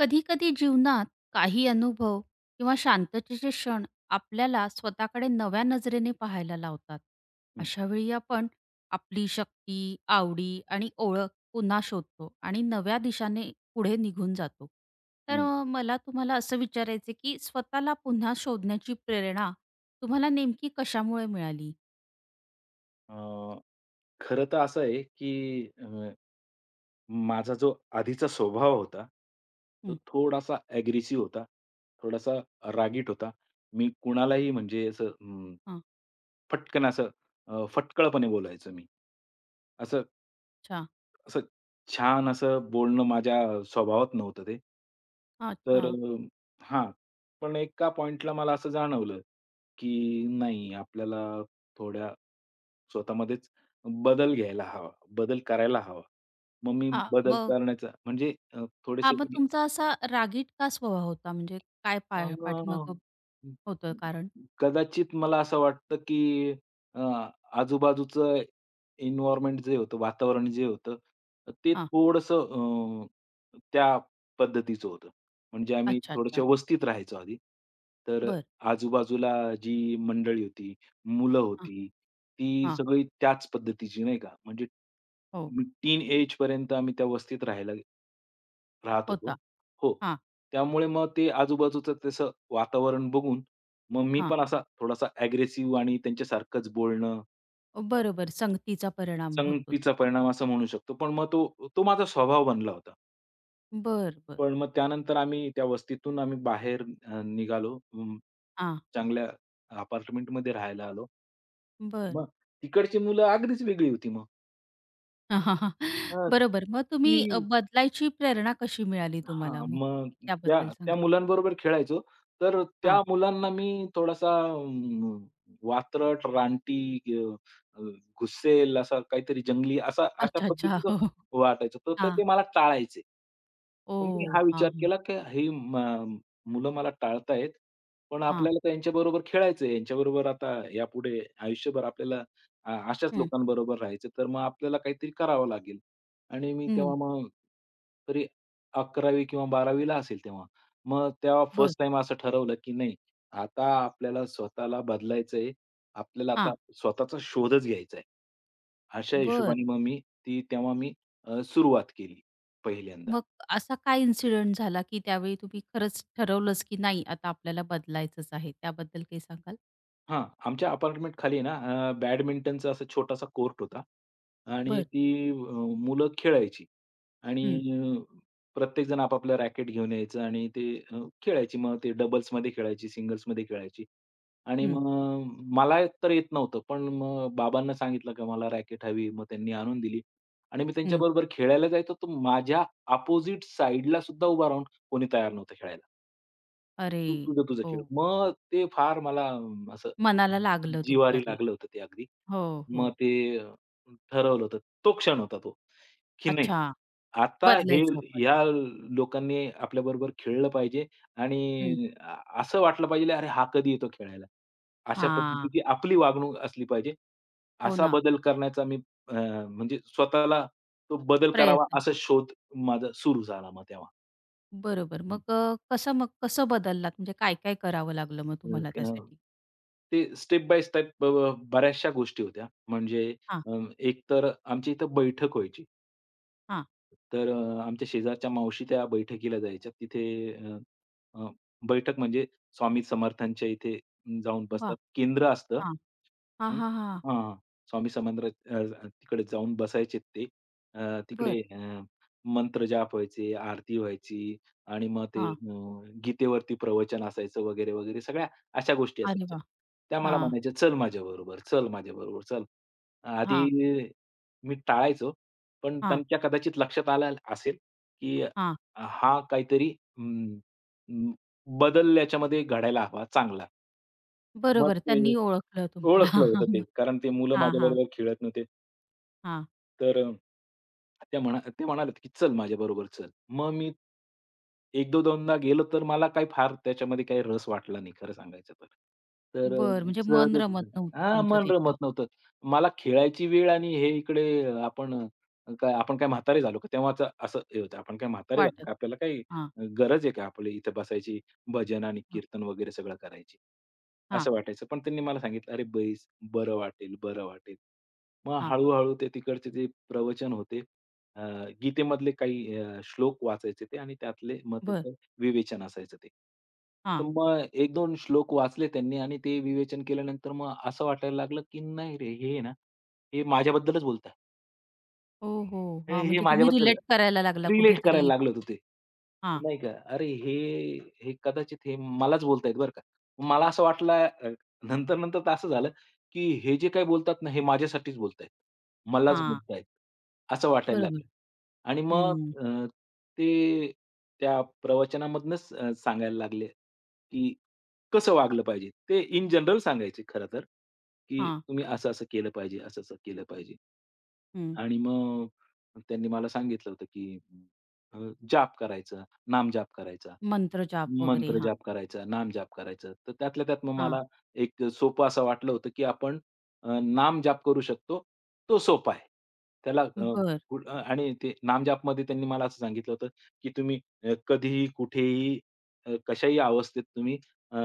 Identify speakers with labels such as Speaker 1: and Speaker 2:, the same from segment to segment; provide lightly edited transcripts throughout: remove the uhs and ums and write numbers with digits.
Speaker 1: कधी-कधी जीवनात काही अनुभव किंवा शांततेचे क्षण आपल्याला स्वतःकडे नव्या नजरेने पाहायला लावतात.
Speaker 2: हं,
Speaker 1: अशा वेळी आपण आपली शक्ती, आवडी आणि ओळख पुन्हा शोधतो आणि नव्या दिशाने पुढे निघून जातो. तर
Speaker 2: हं.
Speaker 1: मला तुम्हाला असं विचारायचं की स्वतःला पुन्हा शोधण्याची प्रेरणा तुम्हाला नेमकी कशामुळे मिळाली?
Speaker 2: अ, खरं तर असं आहे, की माझा जो आधीचा स्वभाव होता, तो
Speaker 1: हं,
Speaker 2: थोडासा ॲग्रेसिव्ह होता, थोडासा रागीट होता. मी कुणालाही म्हणजे असं
Speaker 1: हा,
Speaker 2: पटकन असं फटकळपणे बोलायचो मी. असं
Speaker 1: अच्छा,
Speaker 2: असं छान असं बोलणं माझ्या स्वभावात नव्हतं ते.
Speaker 1: हा,
Speaker 2: तर
Speaker 1: अच्छा.
Speaker 2: हां. पण एका पॉइंटला मला असं जाणवलं, की नाही आपल्याला थोड्या स्वतःमध्येच बदल घ्यायला हवा, बदल करायला हवा. मग मी
Speaker 1: हां,
Speaker 2: बदल
Speaker 1: मग
Speaker 2: करण्याचा म्हणजे थोडेसे मी
Speaker 1: तुमचा असा रागीट का स्वभाव होता? म्हणजे काय
Speaker 2: अ,
Speaker 1: पाठीमागं होतं कारण?
Speaker 2: कदाचित मला असं वाटतं, की अ, आजूबाजूचं एन्व्हायर्नमेंट जे होतं, वातावरण जे होतं, ते
Speaker 1: हां.
Speaker 2: थोडंसं त्या पद्धतीचं होतं. म्हणजे आम्ही
Speaker 1: अच्छा,
Speaker 2: थोड्याशा
Speaker 1: अच्छा.
Speaker 2: वस्तीत राहायचो आधी. तर
Speaker 1: बरं.
Speaker 2: आजूबाजूला जी मंडळी होती, मुलं
Speaker 1: हां,
Speaker 2: होती, ती
Speaker 1: हां.
Speaker 2: सगळी त्याच पद्धतीची नाही का. म्हणजे
Speaker 1: हो,
Speaker 2: मी टीन एजपर्यंत आम्ही त्या वस्तीत राहत होतो.
Speaker 1: होता.
Speaker 2: हो.
Speaker 1: हां,
Speaker 2: त्यामुळे मग ते आजूबाजूचं तसं वातावरण बघून मग मी
Speaker 1: हां.
Speaker 2: पण असा थोडासा अग्रेसिव्ह आणि त्यांच्यासारखंच बोलणं अ,
Speaker 1: बरोबर संगतीचा परिणाम होतो.
Speaker 2: संगतीचा परिणाम असं म्हणू शकतो. पण मग तो तो माझा स्वभाव बनला होता.
Speaker 1: बरं, बरं.
Speaker 2: पण मग त्यानंतर आम्ही त्या वस्तीतून आम्ही बाहेर निघालो.
Speaker 1: हां,
Speaker 2: चांगल्या अपार्टमेंटमध्ये राहायला आलो.
Speaker 1: बरं.
Speaker 2: मग तिकडची मुलं अगदीच वेगळी होती मग. हां.
Speaker 1: बरोबर. मग तुम्ही
Speaker 2: ती
Speaker 1: बदलायची प्रेरणा कशी मिळाली तुम्हाला
Speaker 2: हां,
Speaker 1: मग?
Speaker 2: मग त्या
Speaker 1: त्याबद्दल
Speaker 2: त्या
Speaker 1: सांगा.
Speaker 2: मुलांबरोबर खेळायचो. तर त्या
Speaker 1: हां.
Speaker 2: मुलांना मी थोडासा वात्रट, रानटी, अ, अ, गुस्सेल असा काहीतरी जंगली असा अशा
Speaker 1: अच्छा, अच्छा.
Speaker 2: पद्धतीचाच वाटायचं. तर
Speaker 1: हो,
Speaker 2: तर
Speaker 1: हो. हां.
Speaker 2: ते मला टाळायचे. मग मी
Speaker 1: ओह!
Speaker 2: हा
Speaker 1: हां,
Speaker 2: विचार
Speaker 1: हां,
Speaker 2: केला, की ही म मुलं मला टाळतायत, पण
Speaker 1: हां.
Speaker 2: आपल्याला तर यांच्याबरोबर खेळायचंय. यांच्याबरोबर आता यापुढे आयुष्यभर आपल्याला अशाच
Speaker 1: हं,
Speaker 2: लोकांबरोबर राहायचं. तर मग आपल्याला काहीतरी करावं लागेल. आणि मी
Speaker 1: हं.
Speaker 2: तेव्हा मग तरी 11वी किंवा 12वी ला असेल तेव्हा. मग तेव्हा
Speaker 1: बरं.
Speaker 2: फर्स्ट टाईम असं ठरवलं, की नाही आता आपल्याला स्वतःला बदलायचंय. आपल्याला आता
Speaker 1: हां,
Speaker 2: स्वतःचा शोधच घ्यायचा आहे. अशा
Speaker 1: बरं.
Speaker 2: हिशोबाने मग मी ती तेव्हा मी सुरुवात केली पहिल्यांदा.
Speaker 1: मग असा काय इन्सिडेंट झाला, की त्यावेळी तुम्ही खरंच ठरवलंच, की नाही आता आपल्याला बदलायचंच आहे? त्याबद्दल काही सांगाल?
Speaker 2: हां, आमच्या अपार्टमेंट खाली आहे ना, बॅडमिंटनचा असा छोटासा कोर्ट होता आणि
Speaker 1: बरं.
Speaker 2: ती अ, मुलं खेळायची आणि अ, प्रत्येकजण आपापलं रॅकेट घेऊन यायचं आणि ते अ, खेळायची. मग ते डबल्समध्ये खेळायची, सिंगल्समध्ये खेळायची आणि
Speaker 1: हं,
Speaker 2: मग मला तर येत नव्हतं. पण मग बाबांना सांगितलं की मला रॅकेट हवी. मग त्यांनी आणून दिली आणि मी
Speaker 1: हं.
Speaker 2: त्यांच्याबरोबर खेळायला जायचो. तर माझ्या अपोझिट साइडला सुद्धा उभा राहून कोणी तयार नव्हतं खेळायला. तू
Speaker 1: अरे!
Speaker 2: तुझं, तुझं
Speaker 1: हो.
Speaker 2: खेळ. मग ते फार मला असं
Speaker 1: मनाला लागलं तुमच्या
Speaker 2: जिव्हारी
Speaker 1: ते.
Speaker 2: लागलं होतं ते अगदी.
Speaker 1: हो, हो.
Speaker 2: मग ते अ, ठरवलं होतं. तो क्षण होता तो, की नाही
Speaker 1: अच्छा.
Speaker 2: आता हे
Speaker 1: बदलायचं आपण.
Speaker 2: ह्या लोकांनी आपल्याबरोबर खेळलं पाहिजे
Speaker 1: हं.
Speaker 2: आणि असं वाटलं पाहिजे, "अरे हा कधी येतो खेळायला?" अशा
Speaker 1: हां.
Speaker 2: पद्धतीची आपली वागणूक असली पाहिजे.
Speaker 1: हो
Speaker 2: असा
Speaker 1: ना.
Speaker 2: बदल करण्याचा मी अ, म्हणजे स्वतःला तो बदल करावा
Speaker 1: प्रयत्न
Speaker 2: असा
Speaker 1: केले.
Speaker 2: शोध माझा सुरू झाला मग तेव्हा.
Speaker 1: बरोबर. मग कसं मग कसं बदललात? म्हणजे काय, काय करावं लागलं मग
Speaker 2: अ,
Speaker 1: तुम्हाला
Speaker 2: क
Speaker 1: त्यासाठी?
Speaker 2: ते स्टेप बाय स्टेप बऱ्याचशा गोष्टी होत्या. म्हणजे
Speaker 1: हां,
Speaker 2: अ, एक तर आमच्या इथं बैठक व्हायची.
Speaker 1: हां.
Speaker 2: तर आमच्या शेजारच्या मावशी त्या बैठकीला जायच्या. तिथे अ, अ, बैठक म्हणजे स्वामी समर्थांच्या इथे जाऊन
Speaker 1: वाह!
Speaker 2: बसतात. केंद्र असतं.
Speaker 1: हां. हां,
Speaker 2: हं.
Speaker 1: हां, हां.
Speaker 2: हां. स्वामी समंद्र तिकडे जाऊन बसायचे ते.
Speaker 1: बर,
Speaker 2: तिकडे मंत्र जाप व्हायचे, आरती व्हायची आणि मग ते
Speaker 1: हां.
Speaker 2: गीतेवरती प्रवचन असायचं वगैरे, वगैरे सगळ्या अशा गोष्टी
Speaker 1: अरे
Speaker 2: असायच्या.
Speaker 1: वाह!
Speaker 2: त्या मला
Speaker 1: हां,
Speaker 2: म्हणायच्या, "चल माझ्याबरोबर, चल माझ्याबरोबर, चल."
Speaker 1: हां,
Speaker 2: आधी मी टाळायचो. पण
Speaker 1: हां,
Speaker 2: त्यांच्या कदाचित लक्षात आलं असेल, की
Speaker 1: हां.
Speaker 2: हा काहीतरी अं, अं, बदल याच्यामध्ये घडायला हवा चांगला. मग
Speaker 1: बरोबर.
Speaker 2: ते
Speaker 1: त्यांनी ओळखलं
Speaker 2: ओळखलं
Speaker 1: तुम्हाला.
Speaker 2: होतं ते. कारण ते मुलं
Speaker 1: हां, हां,
Speaker 2: माझ्याबरोबर खेळत नव्हते.
Speaker 1: हां.
Speaker 2: तर त्या म्हणा ते म्हणाले, की "चल माझ्याबरोबर चल." मग मी 1-2दा गेलो तर मला काही फार त्याच्यामध्ये काही रस वाटला नाही खरं सांगायचं तर. तर
Speaker 1: बरं. म्हणजे मन
Speaker 2: सहजच
Speaker 1: रमत नव्हतं
Speaker 2: हां,
Speaker 1: तुमचं
Speaker 2: मन
Speaker 1: तिथे
Speaker 2: रमत नव्हतं. मला खेळायची वेळ आणि हे इकडे आपण काय आपण काय म्हातारे झालो का? तेव्हाच असं हे होतं. आपण काय म्हातारे झालो का?
Speaker 1: वाटत.
Speaker 2: आपल्याला काही
Speaker 1: हां,
Speaker 2: गरज आहे का आपली इथे बसायची भजन आणि
Speaker 1: हां,
Speaker 2: कीर्तन वगैरे सगळं करायची?
Speaker 1: हां,
Speaker 2: असं वाटायचं. पण त्यांनी मला सांगितलं, "अरे बैस, बरं वाटेल, बरं वाटेल." मग
Speaker 1: हां.
Speaker 2: हळू ते तिकडचे जे प्रवचन होते अ, गीतेमधले काही श्लोक वाचायचे ते आणि त्यातले मग
Speaker 1: बरं.
Speaker 2: त्याचं विवेचन असायचं ते. तर
Speaker 1: हां.
Speaker 2: मग 1-2 श्लोक वाचले त्यांनी आणि ते विवेचन केल्यानंतर मग असं वाटायला लागलं, की नाही रे, हे ना, हे माझ्याबद्दलच बोलताय.
Speaker 1: हो, हो.
Speaker 2: हे
Speaker 1: हां,
Speaker 2: हे
Speaker 1: म्हणजे तुम्ही
Speaker 2: माझ्याबद्दल
Speaker 1: रिलेट करायला लागला
Speaker 2: आहे. रिलेट करायला
Speaker 1: कुठेतरी.
Speaker 2: लागलं होतं ते.
Speaker 1: हां,
Speaker 2: नाही का? अरे हे, हे कदाचित हे मलाच बोलतायत बरं का. मला असं वाटलं नंतर-नंतर तर असं झालं, की हे जे काही बोलतात ना, हे माझ्यासाठीच बोलतायत. मलाच
Speaker 1: हां.
Speaker 2: बोलतायत. असं वाटायला
Speaker 1: बरोबर.
Speaker 2: लागलं. आणि मग
Speaker 1: हं.
Speaker 2: अ, ते त्या प्रवचनामधनंच सांगायला लागले, की कसं वागलं पाहिजे. ते इन जनरल सांगायचे खरं तर, की
Speaker 1: हां,
Speaker 2: तुम्ही असं-असं केलं पाहिजे, असं-असं केलं पाहिजे.
Speaker 1: हं.
Speaker 2: आणि मग त्यांनी मला सांगितलं होतं, की अ, जाप करायचा, नामजाप करायचा,
Speaker 1: मंत्रजाप वगैरे.
Speaker 2: मंत्र
Speaker 1: हां,
Speaker 2: जाप करायचा, नामजाप करायचा. तर त्यातल्या त्यात मग
Speaker 1: हां.
Speaker 2: मला एक सोपं असं वाटलं होतं, की आपण नामजाप करू शकतो. तो सोपा आहे. त्याला अ,
Speaker 1: बरं.
Speaker 2: कु अ, आणि ते नामजापमध्ये त्यांनी मला असं सांगितलं होतं, की तुम्ही कधीही, कुठेही, कशाही अवस्थेत तुम्ही अ,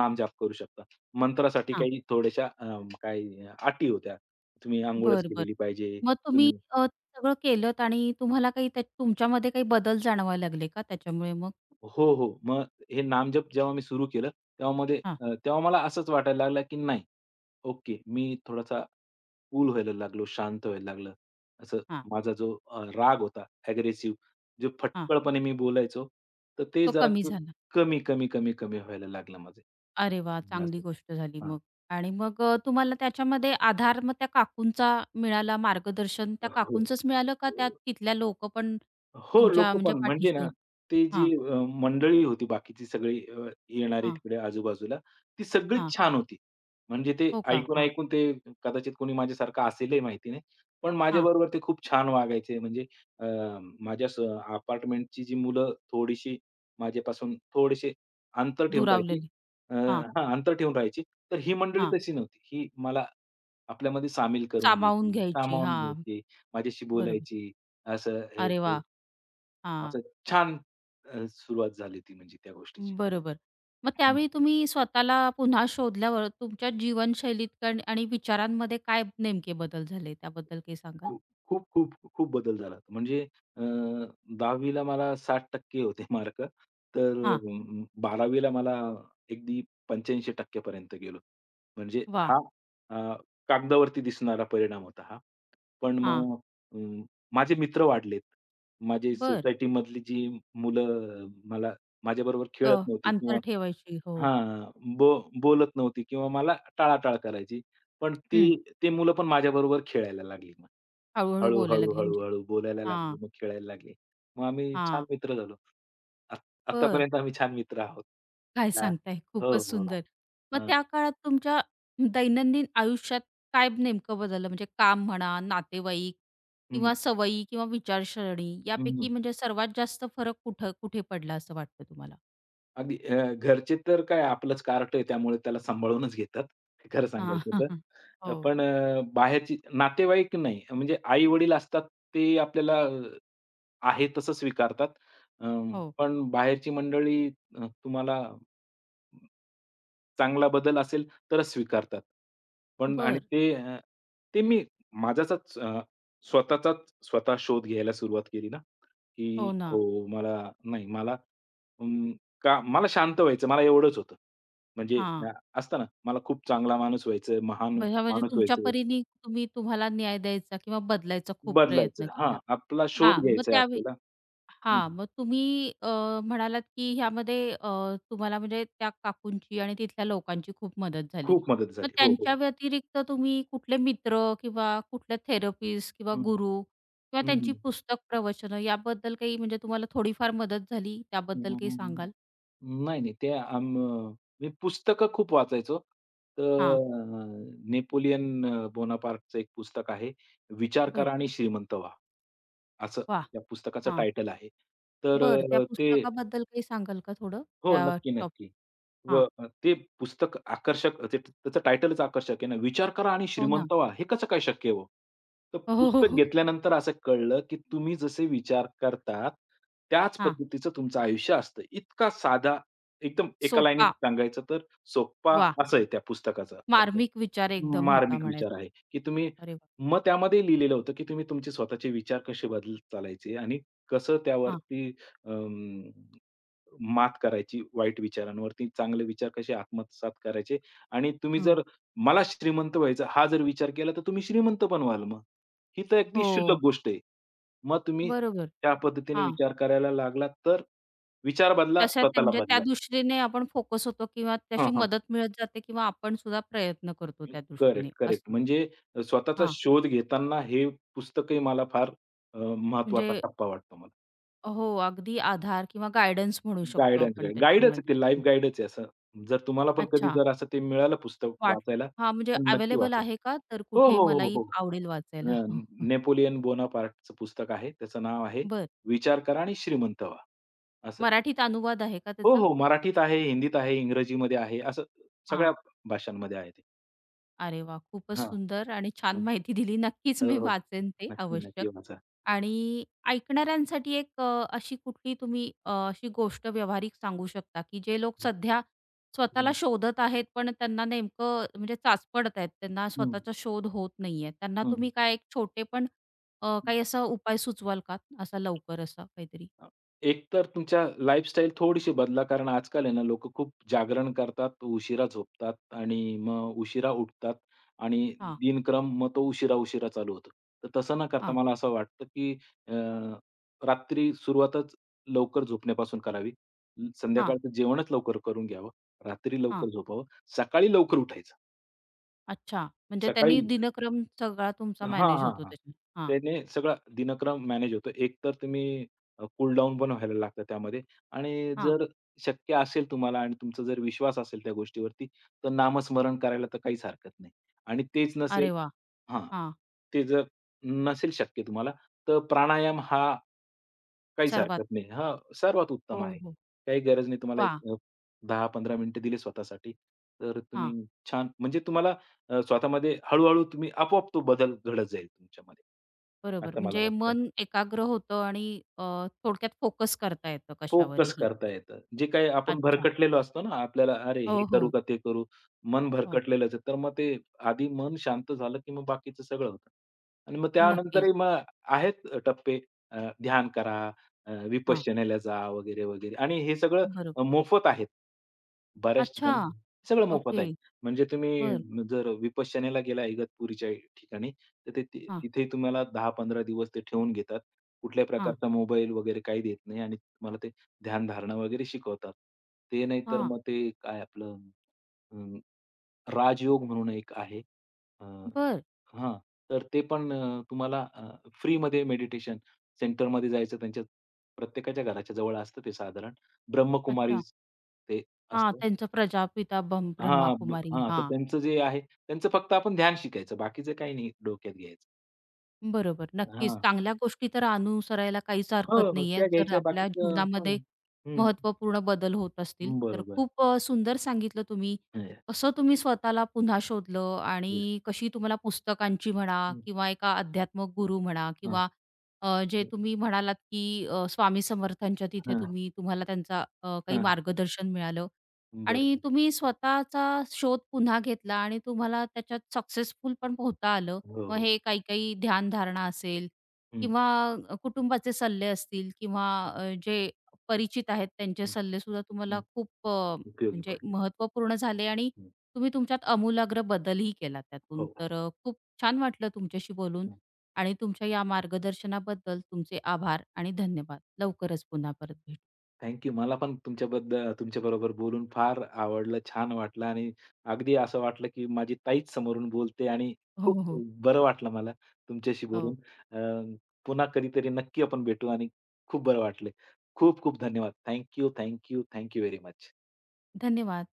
Speaker 2: नामजाप करू शकता. मंत्रासाठी
Speaker 1: हां.
Speaker 2: काही थोड्याशा काही अटी होत्या. तुम्ही अंघोळच
Speaker 1: बरं, बरं.
Speaker 2: केलेली पाहिजे.
Speaker 1: मग तुम्ही
Speaker 2: तुम्ही
Speaker 1: सगळं केलत आणि तुम्हाला काही त्या तुमच्यामध्ये काही बदल जाणवायला लागले का त्याच्यामुळे मग?
Speaker 2: हो, हो. मग हे नामजप जेव्हा मी सुरू केलं, तेव्हा मध्ये
Speaker 1: हां,
Speaker 2: तेव्हा मला असंच वाटायला लागलं, की नाही ओके, मी थोडासा कूल व्हायला लागलो, शांत व्हायला लागलं. असं
Speaker 1: हां,
Speaker 2: माझा जो राग होता, अग्रेसिव्ह, जो
Speaker 1: हां.
Speaker 2: फटकळपणे मी बोलायचो, तर ते
Speaker 1: तो
Speaker 2: जरा
Speaker 1: कमी
Speaker 2: क
Speaker 1: झाला.
Speaker 2: कमी, कमी, कमी, कमी व्हायला लागलं माझं.
Speaker 1: अरे वाह! चांगली
Speaker 2: असं.
Speaker 1: गोष्ट झाली
Speaker 2: हां.
Speaker 1: मग. आणि मग तुम्हाला त्याच्यामध्ये आधार मग त्या काकूंचा मिळाला, मार्गदर्शन त्या
Speaker 2: हो.
Speaker 1: काकूंचंच मिळालं का त्या तिथल्या लोकं पण
Speaker 2: हो,
Speaker 1: तुमच्या
Speaker 2: लोकं
Speaker 1: म्हणजे
Speaker 2: पण म्हणजे
Speaker 1: पाठीशी
Speaker 2: ना,
Speaker 1: होती?
Speaker 2: ती जी मंडळी होती बाकीची सगळी येणारी
Speaker 1: हां,
Speaker 2: तिकडे आजूबाजूला, ती
Speaker 1: हां.
Speaker 2: सगळीच छान होती. म्हणजे ते
Speaker 1: हो का? हां,
Speaker 2: ऐकून-ऐकून ते कदाचित कोणी माझ्यासारखं असेलही माहिती नाही. पण
Speaker 1: हां.
Speaker 2: माझ्याबरोबर ते खूप छान वागायचे. म्हणजे अ, माझ्या स अपार्टमेंटची जी मुलं थोडीशी माझ्यापासून थोडेसे अंतर ठेवून राहायची.
Speaker 1: दुरावलेली. हां,
Speaker 2: हां, अंतर ठेवून राहायची. तर ही मंडळी
Speaker 1: हां.
Speaker 2: तशी नव्हती. ही मला आपल्यामध्ये सामील करून
Speaker 1: सामावून
Speaker 2: घ्यायची,
Speaker 1: घ्यायची.
Speaker 2: सामावून
Speaker 1: हां,
Speaker 2: घ्यायची, माझ्याशी
Speaker 1: बरोबर.
Speaker 2: बोलायची, असं हे
Speaker 1: अरे
Speaker 2: ते.
Speaker 1: वाह! हां,
Speaker 2: असं छान सुरुवात झाली ती म्हणजे त्या गोष्टीची.
Speaker 1: बरोबर. मग त्यावेळी तुम्ही स्वतःला पुन्हा शोधल्यावर तुमच्या जीवनशैलीत कण आणि विचारांमध्ये काय नेमके बदल झाले? त्याबद्दल काही सांगाल?
Speaker 2: खूप, खूप, खूप, खूप बदल झाला. म्हणजे अ, 10वी ला मला 60% होते मार्क. तर
Speaker 1: हां,
Speaker 2: 12वी ला मला अगदी 85% पर्यंत गेलो. म्हणजे हा
Speaker 1: वाह!
Speaker 2: अ, कागदावरती दिसणारा परिणाम होता हा. पण
Speaker 1: हां,
Speaker 2: मग अ, माझे मित्र वाढलेत. माझी
Speaker 1: बरं.
Speaker 2: सोसायटीमधली जी मुलं मला माझ्याबरोबर
Speaker 1: अ,
Speaker 2: खेळत नव्हती किंवा
Speaker 1: अंतर ठेवायची. हो.
Speaker 2: हां, बो बोलत नव्हती किंवा मला टाळाटाळ करायची. पण ती
Speaker 1: हं.
Speaker 2: ते मुलं पण माझ्याबरोबर खेळायला लागली.
Speaker 1: हळू
Speaker 2: हळू,
Speaker 1: बोलायला
Speaker 2: हळू,
Speaker 1: लागली
Speaker 2: हळू,
Speaker 1: म्हणजे.
Speaker 2: हळू बोलायला
Speaker 1: हां,
Speaker 2: लागली, मग खेळायला लागली. मग आम्ही छान
Speaker 1: हां.
Speaker 2: मित्र झालो. आत
Speaker 1: बरं.
Speaker 2: आत्तापर्यंत आम्ही छान मित्र आहोत.
Speaker 1: काय
Speaker 2: हां.
Speaker 1: सांगताय?
Speaker 2: हो,
Speaker 1: खूपच
Speaker 2: हो.
Speaker 1: सुंदर. मग
Speaker 2: हां.
Speaker 1: त्या काळात तुमच्या दैनंदिन आयुष्यात काय नेमकं बदललं? म्हणजे काम म्हणा, नातेवाईक
Speaker 2: हं,
Speaker 1: किंवा सवयी किंवा विचारसरणी यापैकी
Speaker 2: हं.
Speaker 1: म्हणजे सर्वात जास्त फरक कुठं कुठे पडला असं वाटतं तुम्हाला?
Speaker 2: अगदी घरचे तर काय आपलंच कार्ट आहे त्यामुळे त्याला सांभाळूनच घेतात, खरं
Speaker 1: हां.
Speaker 2: सांगायचं तर.
Speaker 1: हो,
Speaker 2: पण बाहेरची नातेवाईक नाही. म्हणजे आई-वडील असतात ते आपल्याला आहे तसं स्वीकारतात. अ,
Speaker 1: हो.
Speaker 2: पण बाहेरची मंडळी तुम्हाला चांगला बदल असेल तरच स्वीकारतात. पण आणि
Speaker 1: बर,
Speaker 2: ते ते मी माझ्याचाच स्वतःचाच स्वतः शोध घ्यायला सुरुवात केली ना, की
Speaker 1: हो ना.
Speaker 2: हो मला नाही मला का मला शांत व्हायचं, मला एवढंच होतं. म्हणजे
Speaker 1: हां.
Speaker 2: अ, असतं ना, मला खूप चांगला माणूस व्हायचंय, महान
Speaker 1: बघा म्हणजे
Speaker 2: माणूस
Speaker 1: तुमच्या
Speaker 2: व्हायचंय,
Speaker 1: परीने तुम्ही तुम्हाला न्याय द्यायचा किंवा बदलायचा खूप प्रयत्न
Speaker 2: बदलायचं हां,
Speaker 1: केला.
Speaker 2: आपला शोध
Speaker 1: हां, मग
Speaker 2: घ्यायचा आहे
Speaker 1: त्या
Speaker 2: आपल्याला. हं,
Speaker 1: हां, मग तुम्ही म्हणालात, की ह्यामध्ये तुम्हाला म्हणजे त्या काकूंची आणि तिथल्या लोकांची खूप मदत झाली.
Speaker 2: खूप मदत
Speaker 1: मग
Speaker 2: झाली. हो,
Speaker 1: त्यांच्या
Speaker 2: हो.
Speaker 1: व्यतिरिक्त तुम्ही कुठले मित्र किंवा कुठल्या थेरपिस्ट किंवा
Speaker 2: हं,
Speaker 1: गुरु किंवा
Speaker 2: हं,
Speaker 1: त्यांची
Speaker 2: हं.
Speaker 1: पुस्तक प्रवचनं याबद्दल काही म्हणजे तुम्हाला थोडीफार मदत झाली, त्याबद्दल काही
Speaker 2: अं,
Speaker 1: सांगाल?
Speaker 2: नाही, नाही. ते आम मी पुस्तकं खूप वाचायचो. तर
Speaker 1: हां,
Speaker 2: अ, नेपोलियन बोनापार्टचं एक पुस्तक आहे, "विचार
Speaker 1: बरं.
Speaker 2: करा आणि श्रीमंत व्हा." असं
Speaker 1: वाह!
Speaker 2: त्या पुस्तकाचं
Speaker 1: हां,
Speaker 2: टायटल आहे. तर
Speaker 1: बरं. त्या
Speaker 2: ते
Speaker 1: पुस्तकाबद्दल काही सांगाल का थोडं?
Speaker 2: हो,
Speaker 1: त्या
Speaker 2: नक्की,
Speaker 1: टॉप
Speaker 2: नक्की.
Speaker 1: हां,
Speaker 2: ते पुस्तक आकर्षक ते त्याचं टायटलच आकर्षक आहे ना, "विचार करा आणि
Speaker 1: हो ना.
Speaker 2: श्रीमंत व्हा." हे कसं काय शक्य आहे हो? तर
Speaker 1: हो, हो, हो.
Speaker 2: पुस्तक
Speaker 1: हो.
Speaker 2: घेतल्यानंतर असं कळलं, की तुम्ही जसे विचार करतात, त्याच
Speaker 1: हां,
Speaker 2: पद्धतीचं तुमचं आयुष्य असतं. इतका साधा, एकदम एका
Speaker 1: सोपा
Speaker 2: लाईनीत सांगायचं तर सोप्पा
Speaker 1: वाह!
Speaker 2: असं आहे त्या पुस्तकाचा अर्थ.
Speaker 1: मार्मिक विचार एकदम होता
Speaker 2: मार्मिक विचार
Speaker 1: म्हणायचा.
Speaker 2: आहे, की तुम्ही
Speaker 1: अरे वाह!
Speaker 2: मग त्यामध्ये लिहिलेलं होतं, की तुम्ही तुमचे स्वतःचे विचार कसे बदलत चालायचे आणि कसं त्यावरती मात करायची वाईट विचारांवरती, चांगले विचार कसे आत्मसात करायचे आणि तुम्ही
Speaker 1: हं.
Speaker 2: जर मला श्रीमंत व्हायचं हा जर विचार केला, तर तुम्ही श्रीमंत पण व्हाल मग. ही तर अगदी
Speaker 1: हो,
Speaker 2: क्षुल्लक गोष्ट आहे. मग तुम्ही
Speaker 1: बरोबर.
Speaker 2: त्या पद्धतीने
Speaker 1: हां.
Speaker 2: विचार करायला लागलात, तर विचार बदला,
Speaker 1: तशा ते
Speaker 2: स्वतःला
Speaker 1: म्हणजे त्या
Speaker 2: बदला.
Speaker 1: दृष्टीने आपण फोकस होतो किंवा
Speaker 2: हां,
Speaker 1: तशी
Speaker 2: हां.
Speaker 1: मदत मिळत जाते किंवा आपण सुद्धा प्रयत्न करतो त्या दृष्टीने
Speaker 2: करेक्ट, करेक्ट.
Speaker 1: असं.
Speaker 2: म्हणजे स्वतःचा
Speaker 1: हां,
Speaker 2: शोध घेताना हे पुस्तकही मला फार महत्वाचा
Speaker 1: म्हणजे
Speaker 2: टप्पा वाटतो मला.
Speaker 1: हो, अगदी आधार किंवा गाईडन्स म्हणू शकतो
Speaker 2: गाईडन्स,
Speaker 1: आपण
Speaker 2: गाईडच
Speaker 1: त्याच्यामध्ये.
Speaker 2: आहे ते लाईफ
Speaker 1: हो.
Speaker 2: गाईडच आहे असं. जर तुम्हाला पण कधी
Speaker 1: अच्छा.
Speaker 2: जर असं ते मिळालं पुस्तक
Speaker 1: वाट
Speaker 2: वाचायला,
Speaker 1: हां, म्हणजे
Speaker 2: तर नक्की
Speaker 1: अवेलेबल
Speaker 2: वाचा.
Speaker 1: आहे का? तर
Speaker 2: हो,
Speaker 1: कुठे
Speaker 2: हो, हो,
Speaker 1: मलाही
Speaker 2: हो.
Speaker 1: आवडेल वाचायला.
Speaker 2: अ, नेपोलियन बोनापार्टचं पुस्तक आहे. त्याचं नाव आहे
Speaker 1: बरं.
Speaker 2: "विचार करा आणि श्रीमंत व्हा." असं.
Speaker 1: मराठीत अनुवाद आहे का
Speaker 2: हो,
Speaker 1: त्याचा?
Speaker 2: हो. मराठीत आहे, हिंदीत आहे, इंग्रजीमध्ये आहे. असं
Speaker 1: हां.
Speaker 2: सगळ्या भाषांमध्ये आहे ते.
Speaker 1: अरे वा, खूपच
Speaker 2: हां,
Speaker 1: सुंदर आणि छान
Speaker 2: हं.
Speaker 1: माहिती दिली. नक्कीच मी
Speaker 2: हो, हो.
Speaker 1: वाचेन ते
Speaker 2: नक्की,
Speaker 1: आवश्यक.
Speaker 2: नक्की वाचा.
Speaker 1: आणि ऐकणाऱ्यांसाठी एक अशी कुठली तुम्ही अशी गोष्ट व्यावहारिक सांगू शकता, की जे लोक
Speaker 2: हं,
Speaker 1: सध्या स्वतःला शोधत आहेत, पण त्यांना नेमकं म्हणजे चाच पडत आहेत, त्यांना
Speaker 2: हं,
Speaker 1: स्वतःचा शोध होत नाहीये. त्यांना
Speaker 2: हं,
Speaker 1: तुम्ही काय एक छोटे पण काही असा उपाय सुचवाल का? असा लवकर असा काहीतरी?
Speaker 2: अ, एक तर तुमच्या लाईफस्टाईल थोडीशी बदला. कारण आजकाल आहे ना, लोकं खूप जागरण करतात, उशिरा झोपतात आणि मग उशिरा उठतात आणि
Speaker 1: हां,
Speaker 2: दिनक्रम मग तो उशिरा-उशिरा चालू होतो. तर तसं न करता
Speaker 1: हां,
Speaker 2: मला असं वाटतं, की अ, रात्री सुरुवातच लवकर झोपण्यापासून करावी.
Speaker 1: हां,
Speaker 2: संध्याकाळचं जेवणच लवकर करून घ्यावं. रात्री
Speaker 1: हां.
Speaker 2: लवकर झोपावं. सकाळी लवकर उठायचं.
Speaker 1: अच्छा. म्हणजे त्यांनी
Speaker 2: सकाळी
Speaker 1: दिनक्रम सगळा तुमचा
Speaker 2: हां,
Speaker 1: मॅनेज
Speaker 2: हां,
Speaker 1: होतो
Speaker 2: हां.
Speaker 1: त्याच्यात. हां,
Speaker 2: त्याने सगळा दिनक्रम मॅनेज होतो. एकतर तुम्ही कूल डाउन पण व्हायला लागतं त्यामध्ये आणि
Speaker 1: हां.
Speaker 2: जर शक्य असेल तुम्हाला आणि तुमचा जर विश्वास असेल त्या गोष्टीवरती, तर नामस्मरण करायला तर काहीच हरकत नाही. आणि तेच नसेल
Speaker 1: अरे वाह!
Speaker 2: हां.
Speaker 1: हां.
Speaker 2: ते जर नसेल शक्य तुम्हाला, तर प्राणायाम हा काहीच
Speaker 1: सर्वात.
Speaker 2: हरकत नाही. हां, सर्वात उत्तम
Speaker 1: हो,
Speaker 2: आहे.
Speaker 1: हो.
Speaker 2: काही गरज नाही तुम्हाला एक
Speaker 1: वाह!
Speaker 2: 10-15 मिनिटं दिली स्वतःसाठी, तर तुम्ही
Speaker 1: हां,
Speaker 2: छान म्हणजे तुम्हाला स्वतःमध्ये हळू-हळू तुम्ही आपोआप तो बदल घडत जाईल तुमच्यामध्ये,
Speaker 1: बरोबर.
Speaker 2: असं मला
Speaker 1: म्हणजे
Speaker 2: वाटतं.
Speaker 1: मन एकाग्र होतं आणि अ, थोडक्यात फोकस करता येतं
Speaker 2: फोकस
Speaker 1: कशावरही.
Speaker 2: करता येतं. जे काही आपण
Speaker 1: अच्छा.
Speaker 2: भरकटलेलो असतो ना, आपल्याला अरे हे
Speaker 1: हो,
Speaker 2: करू
Speaker 1: हो.
Speaker 2: का ते करू? मन
Speaker 1: हो.
Speaker 2: भरकटलेलंच आहे. तर मग ते आधी मन शांत झालं, की मग बाकीचं सगळं होतं. आणि मग
Speaker 1: नक्कीच.
Speaker 2: त्यानंतरही मग आहेत टप्पे ध्यान करा,
Speaker 1: हां,
Speaker 2: विपश्यनेला जा वगैरे, वगैरे. आणि हे सगळं
Speaker 1: बरोबर.
Speaker 2: मोफत आहेत. बऱ्याच
Speaker 1: अच्छा.
Speaker 2: ठिकाणी सगळं मोफत
Speaker 1: ओके.
Speaker 2: आहे. म्हणजे
Speaker 1: बरं.
Speaker 2: तुम्ही जर विपश्यनेला गेला इगतपुरीच्या ठिकाणी, तर
Speaker 1: हां,
Speaker 2: तिथे तुम्हाला 10-15 दिवस ते ठेवून घेतात. कुठल्याही
Speaker 1: हां,
Speaker 2: प्रकारचा मोबाईल वगैरे काही देत नाही आणि तुम्हाला ते ध्यानधारणा वगैरे शिकवतात. ते नाहीतर
Speaker 1: हां.
Speaker 2: मग ते काय आपलं अं, राजयोग म्हणून एक आहे. अ,
Speaker 1: बरं.
Speaker 2: हां, तर ते पण तुम्हाला फ्रीमध्ये मेडिटेशन सेंटरमध्ये जायचं त्यांच्या प्रत्येकाच्या घराच्या जवळ असतं ते साधारण. ब्रह्मकुमारी
Speaker 1: अच्छा.
Speaker 2: ते
Speaker 1: हां,
Speaker 2: असतं.
Speaker 1: त्यांचं प्रजापिता बम ब्रह्मा कुमारी.
Speaker 2: हां, तर
Speaker 1: हां.
Speaker 2: त्यांचं जे आहे त्यांचं फक्त आपण ध्यान शिकायचं बाकीचं काही नाही डोक्यात घ्यायचं.
Speaker 1: बरोबर. नक्कीच.
Speaker 2: हां.
Speaker 1: चांगल्या गोष्टी तर अनुसरायला काहीच
Speaker 2: हो,
Speaker 1: हरकत
Speaker 2: हो.
Speaker 1: नाहीये,
Speaker 2: त्या
Speaker 1: जर
Speaker 2: घ्यायच्या
Speaker 1: आपल्या
Speaker 2: बाकीचं हां.
Speaker 1: जीवनामध्ये
Speaker 2: हं.
Speaker 1: महत्त्वपूर्ण बदल होत असतील. तर
Speaker 2: बरोबर.
Speaker 1: खूप सुंदर सांगितलं तुम्ही.
Speaker 2: हं.
Speaker 1: कसं तुम्ही स्वतःला पुन्हा शोधलं आणि कशी तुम्हाला पुस्तकांची म्हणा
Speaker 2: हं.
Speaker 1: किंवा एका अध्यात्मक गुरु म्हणा
Speaker 2: हां.
Speaker 1: किंवा जे तुम्ही म्हणालात, की स्वामी समर्थांच्या तिथे
Speaker 2: हां,
Speaker 1: तुम्ही तुम्हाला त्यांचा काही
Speaker 2: हां.
Speaker 1: मार्गदर्शन मिळालं
Speaker 2: बरोबर.
Speaker 1: आणि तुम्ही स्वतःचा शोध पुन्हा घेतला आणि तुम्हाला त्याच्यात सक्सेसफुल पण पोहता आलं.
Speaker 2: हो,
Speaker 1: मग
Speaker 2: हो.
Speaker 1: हे काही काही ध्यानधारणा असेल
Speaker 2: हं,
Speaker 1: किंवा कुटुंबाचे सल्ले असतील किंवा जे परिचित आहेत त्यांचे
Speaker 2: हं,
Speaker 1: सल्ले सुद्धा
Speaker 2: हं.
Speaker 1: तुम्हाला खूप
Speaker 2: उपयोगी
Speaker 1: म्हणजे
Speaker 2: पडलेत.
Speaker 1: महत्त्वपूर्ण झाले आणि
Speaker 2: हं.
Speaker 1: तुम्ही तुमच्यात आमूलाग्र बदलही केला
Speaker 2: हो,
Speaker 1: त्यातून.
Speaker 2: हो.
Speaker 1: तर खूप छान वाटलं तुमच्याशी बोलून
Speaker 2: हं.
Speaker 1: आणि तुमच्या या मार्गदर्शनाबद्दल तुमचे आभार आणि धन्यवाद. लवकरच पुन्हा परत भेटू.
Speaker 2: Thank you. मला पण तुमच्याबद्दल तुमच्याबरोबर बोलून फार आवडलं, छान वाटलं आणि अगदी असं वाटलं, की माझी ताईच समोरून बोलते आणि खूप
Speaker 1: हो, हो.
Speaker 2: बरं वाटलं मला तुमच्याशी बोलून.
Speaker 1: हो.
Speaker 2: अ, पुन्हा कधीतरी नक्की आपण भेटू आणि खूप बरं वाटलं. खूप-खूप धन्यवाद. Thank you, thank you, thank you very much.
Speaker 1: धन्यवाद.